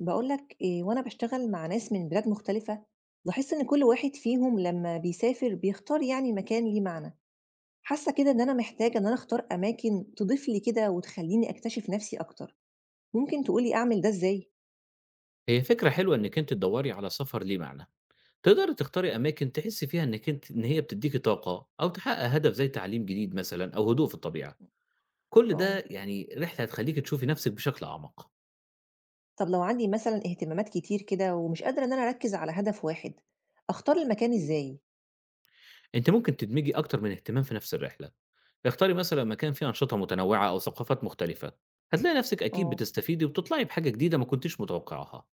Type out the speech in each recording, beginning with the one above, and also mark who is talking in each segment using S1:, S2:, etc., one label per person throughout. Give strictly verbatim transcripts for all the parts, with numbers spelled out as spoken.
S1: باقول لك آآ وأنا باشتغل مع ناس من بلاد مختلفة، لاحظت إن كل واحد فيهم لمّا بيسافر بيختار يعني مكان ليه معنى، حاسة كده إن أنا محتاجة إن أنا أختار أماكن تضيف لي كده وتخلّيني أكتشف نفسي أكتر، ممكن تقول لي أعمل ده إزاي؟
S2: هي فكرة حلوة إنِّك أنتِ تدوّري على سفر ليه معنى، تقدري تختاري أماكن تحسّي فيها إنِّك أنتِ إن هي بتدّيكِ طاقة أو تحقق هدف زي تعليم جديد مثلًا أو هدوء في الطبيعة، كل ده
S1: آه،
S2: يعني رحلة هتخلّيكِ تشوفي نَفْسِك بشكل أعمق،
S1: طب لو عندي مثلًا اهتمامات كتير كده ومش قادرة إن أنا أركّز على هدف واحد، أختار المكان إزاي؟
S2: أنتِ ممكن تدمجي أكتر من اهتمام في نَفْس الرحلة، اختاري مثلًا مكان فيه أنشطة متنوعة أو ثقافات مختلفة، هتلاقي نَفْسِك أكيد
S1: آه،
S2: بتستفيدي وبتطلعي بحاجة جديدة ما كنتيش متوقعاها،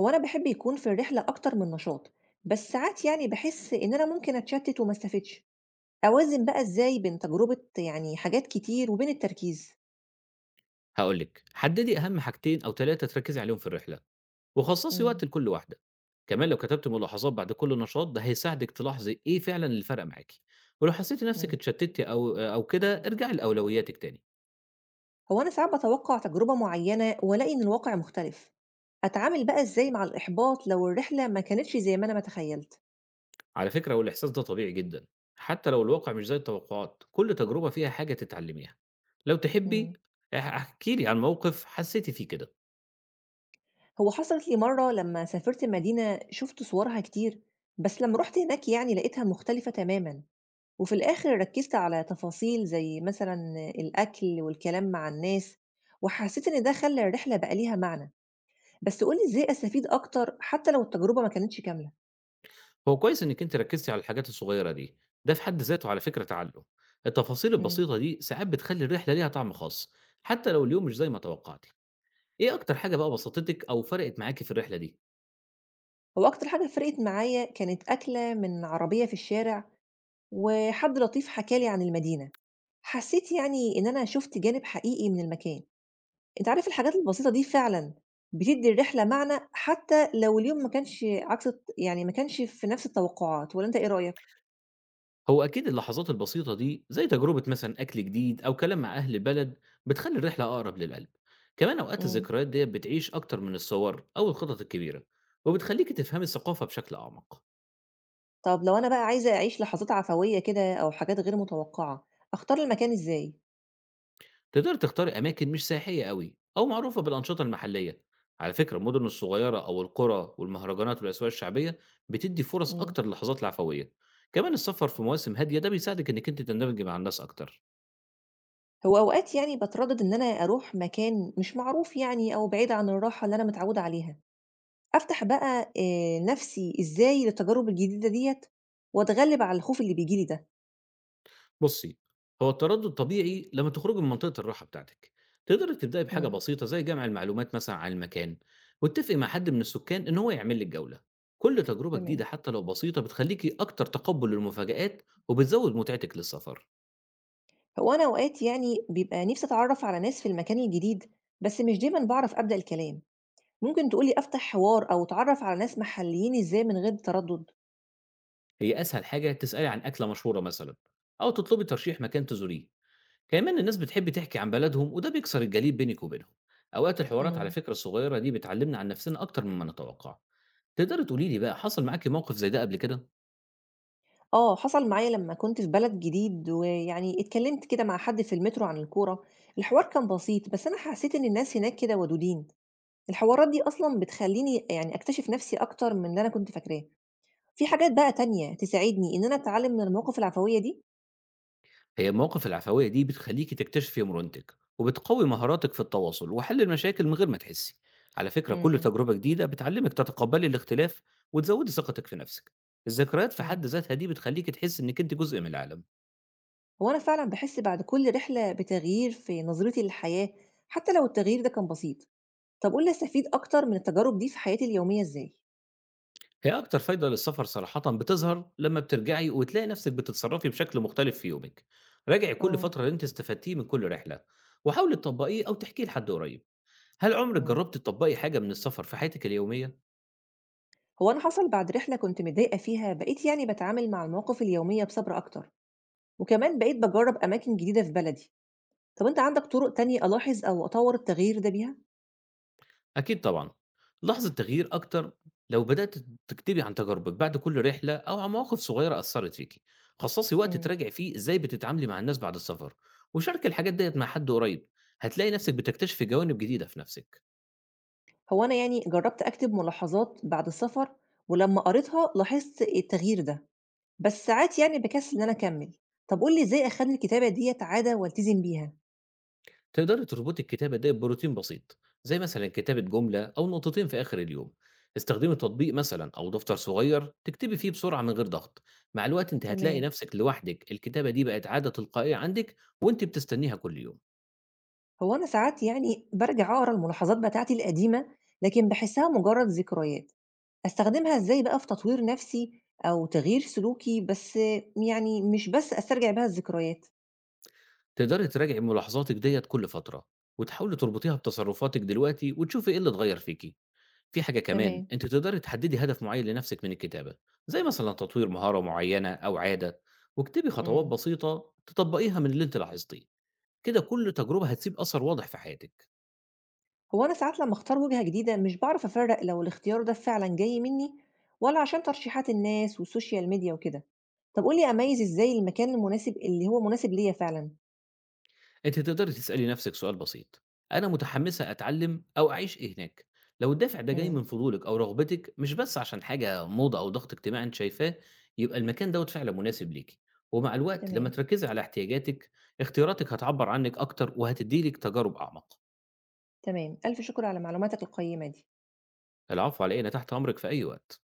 S1: هو أنا باحب يكون في الرحلة أكتر من نشاط، بس ساعات يعني باحس إن أنا ممكن أتشتت وما أستفدش. أوازن بقى إزاي بين تجربة يعني حاجات كتير وبين التركيز؟
S2: هاقول لِك حدّدي أهم حاجتين أو ثلاثة تركّزي عليهم في الرحلة. وخصصي
S1: إمم،
S2: وقت لكل واحدة. كمان لو كتبت ملاحظات بعد كل نشاط ده هيساعدِك تلاحظي إيه فعلًا اللي فرق معاكِ، ولو حسيتِ نفسِك
S1: إمم.
S2: اتشتتِ أو أو كده ارجعي لأولوياتِك تاني.
S1: هو أنا ساعات باتوقّع تجربة معيّنة وألاقي إن الواقع مختلف. أتعامل بقى إزاي مع الإحباط لو الرحلة ما كانتش زي ما أنا ما تخيّلت؟
S2: على فكرة والإحساس ده طبيعي جدًا، حتى لو الواقع مش زي التوقعات، كل تجربة فيها حاجة تتعلميها. لو تحبي
S1: إمم.
S2: اح احكي لي عن موقف حسيتِ فيه كده.
S1: هو حصلت لي مرّة لمّا سافرت مدينة شُفت صورها كتير، بس لمّا رُحت هناك يعني لقيتها مختلفة تمامًا، وفي الآخِر ركّزت على تفاصيل زي مثلًا الأكل والكلام مع الناس، وحسّيت إن ده خلّى الرحلة بقى ليها معنى. بس قُل لي إزاي أستفيد أكتر حتى لو التجربة ما كانتش كاملة؟
S2: هو كويس إنِك أنتِ ركزتِ على الحاجات الصغيرة دي، ده في حد ذاته على فكرة تعلم. التفاصيل
S1: إمم.
S2: البسيطة دي ساعات بتخلي الرحلة ليها طعم خاص، حتى لو اليوم مش زي ما توقعتِ. إيه أكتر حاجة بقى بسطتِك أو فرقِت معاكِ في الرحلة دي؟
S1: هو أكتر حاجة فرقت معايا كانت أكلة من عربية في الشارع وحد لطيف حكى لي عن المدينة. حسّيت يعني إن أنا شُفت جانب حقيقي من المكان. أنت عارف الحاجات البسيطة دي فعلًا بتدّي الرحلة معنى حتى لو اليوم ما كانش عكس الت يعني ما كانش في نفس التوقعات والّا أنت إيه رأيك؟
S2: هو أكيد اللحظات البسيطة دي زي تجربة مثلًا أكل جديد أو كلام مع أهل بلد بتخلّي الرحلة أقرب للقلب، كمان أوقات
S1: إمم.
S2: الذكريات ديّة بتعيش أكتر من الصور أو الخطط الكبيرة، وبتخلّيكِ تفهمي الثقافة بشكل أعمق،
S1: طب لو أنا بقى عايزة أعيش لحظات عفوية كده أو حاجات غير متوقعة، أختار المكان إزاي؟
S2: تقدري تختاري أماكن مش سياحية أوي أو معروفة بالأنشطة المحلية، على فكرة المدن الصغيرة أو القرى والمهرجانات والأسواق الشعبية بتدّي فرص
S1: إمم.
S2: أكتر للحظات العفوية، كمان السفر في مواسم هادية ده بيساعدِك إنِّك أنتِ تندمجي مع الناس أكتر.
S1: هو أوقات يعني باتردد إن أنا أروح مكان مش معروف يعني أو بعيد عن الراحة اللي أنا متعودة عليها، أفتح بقى آآ نَفْسي إزاي للتجارب الجديدة ديّة وأتغلِّب على الخوف اللي بييجي لي ده.
S2: بُصّي، هو التردُّد طبيعي لمّا تخرجي من منطقة الراحة بتاعتك. تقدري تبدئي بحاجة
S1: إمم،
S2: بسيطة زي جمع المعلومات مثلًا عن المكان، واتّفقي مع حد من السُكّان إن هو يعمل لِك جولة. كل تجربة جديدة
S1: تمام.
S2: حتى لو بسيطة بتخلّيكِ أكتر تقبُّل للمفاجآت وبتزوّد متعتِك للسفر.
S1: هو أنا أوقات يعني بيبقى نِفْسي أتعرّف على ناس في المكان الجديد، بس مش دايمًا باعرف أبدأ الكلام. ممكن تقول لي أفتح حوار أو أتعرّف على ناس محليين إزاي من غير تردُّد؟
S2: هي أسهل حاجة تسألي عن أكلة مشهورة مثلًا أو تطلبي ترشيح مكان تزوريه. كمان الناس بتحب تحكي عن بلدهم وده بيكسر الجليد بينِك وبينهم. أوقات الحوارات على
S1: إمم.
S2: فكرة الصغيرة دي بتعلّمنا عن نَفْسنا أكتر مما نتوقّع. تقدري تقولي لي بقى حصل معاكِ موقف زي ده قبل كده؟
S1: آه، حصل معايا لمّا كنت في بلد جديد، ويعني اتكلمت كده مع حد في المترو عن الكورة، الحوار كان بسيط بس أنا حسيت إن الناس هناك كده ودودين، الحوارات دي أصلًا بتخلّيني يعني أكتشف نفسي أكتر من اللي أنا كنت فاكراه، في حاجات بقى تانية تساعدني إن أنا أتعلم من المواقف العفوية دي؟
S2: هي المواقف العفوية دي بتخليكي تكتشفي مرونتك وبتقوي مهاراتك في التواصل وحل المشاكل من غير ما تحسي، على فكرة كل
S1: إمم،
S2: تجربة جديدة بتعلمك تتقبلي الاختلاف وتزودي ثقتك في نفسك. الذكريات في
S1: إمم،
S2: حد ذاتها دي بتخليك تحس انك انت جزء من العالم.
S1: هو أنا فعلًا باحس بعد كل رحلة بتغيير في نظرتي للحياة، حتى لو التغيير ده كان بسيط، طب قُل لي أستفيد أكتر من التجارب دي في حياتي اليومية إزاي؟
S2: هي اكتر فايدة للسفر صراحة بتظهر لما بترجعي وتلاقي نفسك بتتصرفي بشكل مختلف في يومك. راجعي كل
S1: آه،
S2: فترة اللي انت استفدتيه من كل رحلة وحاولي تطبقيه او تحكيه لحد قريب. هل عمرك
S1: إمم.
S2: جربت تطبقي حاجة من السفر في حياتك اليومية؟
S1: هو أنا حصل بعد رحلة كنت متضايقة فيها بقيت يعني باتعامل مع المواقف اليومية بصبر أكتر وكمان بقيت بجرب أماكن جديدة في بلدي. طب أنت عندك طرق تانية ألاحظ أو أطور التغيير ده بيها؟
S2: أكيد طبعًا، لاحظي التغيير أكتر. لو بدأتِ تكتبي عن تجاربِك بعد كل رحلة أو عن مواقف صغيرة أثّرت فيكِ، خصّصي وقت
S1: مم.
S2: تراجعي فيه إزاي بتتعاملي مع الناس بعد السفر، وشاركي الحاجات ديّة مع حد قريب، هتلاقي نفسِك بتكتشفي جوانب جديدة في نفسِك،
S1: هو أنا يعني جربت أكتب ملاحظات بعد السفر ولما قريتها لاحظت التغيير ده بس ساعات يعني بكسل إن أنا أكمل. طب قول لي إزاي أخلي الكتابة ديت عادة والتزم بيها؟
S2: تقدري تربطي الكتابة ديّة بروتين بسيط، زي مثلًا كتابة جملة أو نقطتين في آخر اليوم، استخدمي تطبيق مثلًا أو دفتر صغير تكتبي فيه بسرعة من غير ضغط، مع الوقت أنتِ هتلاقي
S1: تمام.
S2: نفسِك لوحدِك الكتابة دي بقت عادة تلقائية عندِك وأنتِ بتستنيها كل يوم.
S1: هو أنا ساعات يعني برجع أقرأ الملاحظات بتاعتي القديمة لكن بحسها مجرد ذكريات. أستخدمها إزاي بقى في تطوير نَفْسي أو تغيير سلوكي، بس يعني مش بس أسترجع بيها الذكريات؟
S2: تقدري تراجعي ملاحظاتِك ديّة كل فترة، وتحاولي تربطيها بتصرفاتِك دلوقتي وتشوفي إيه اللي اتغيّر فيكِ. في حاجة كمان،
S1: تمام.
S2: أنتِ تقدري تحددي هدف معيّن لنفسِك من الكتابة، زي مثلًا تطوير مهارة معيّنة أو عادة، واكتبي خطوات
S1: إمم.
S2: بسيطة تطبقيها من اللي أنتِ لاحظتيه، كده كل تجربة هتسيب أثر واضح في حياتِك.
S1: هو أنا ساعات لمّا أختار وجهة جديدة مش باعرف أفرّق لو الاختيار ده فعلًا جاي منّي والّا عشان ترشيحات الناس والسوشيال ميديا وكده. طَب قُل لي أميّز إزاي المكان المناسب اللي هو مناسب ليّا فعلًا؟
S2: أنتِ تقدري تسألي نفسِك سؤال بسيط، أنا متحمسة أتعلم أو أعيش إيه هناك؟ لو الدافع ده جاي
S1: إمم.
S2: من فضولِك أو رغبتِك مش بس عشان حاجة موضة أو ضغط اجتماعي أنتِ شايفاه، يبقى المكان دوّة فعلًا مناسب ليكِ، ومع الوقت لمّا
S1: تمام.
S2: تركزي على احتياجاتِك، اختياراتِك هتعبّر عنِك أكتر وهتدّي لِك تجارب أعمق.
S1: تمام. ألف شكر على معلوماتك القيّمة دي.
S2: العفو على إيه، أنا تحت أمرِك في أي وقت.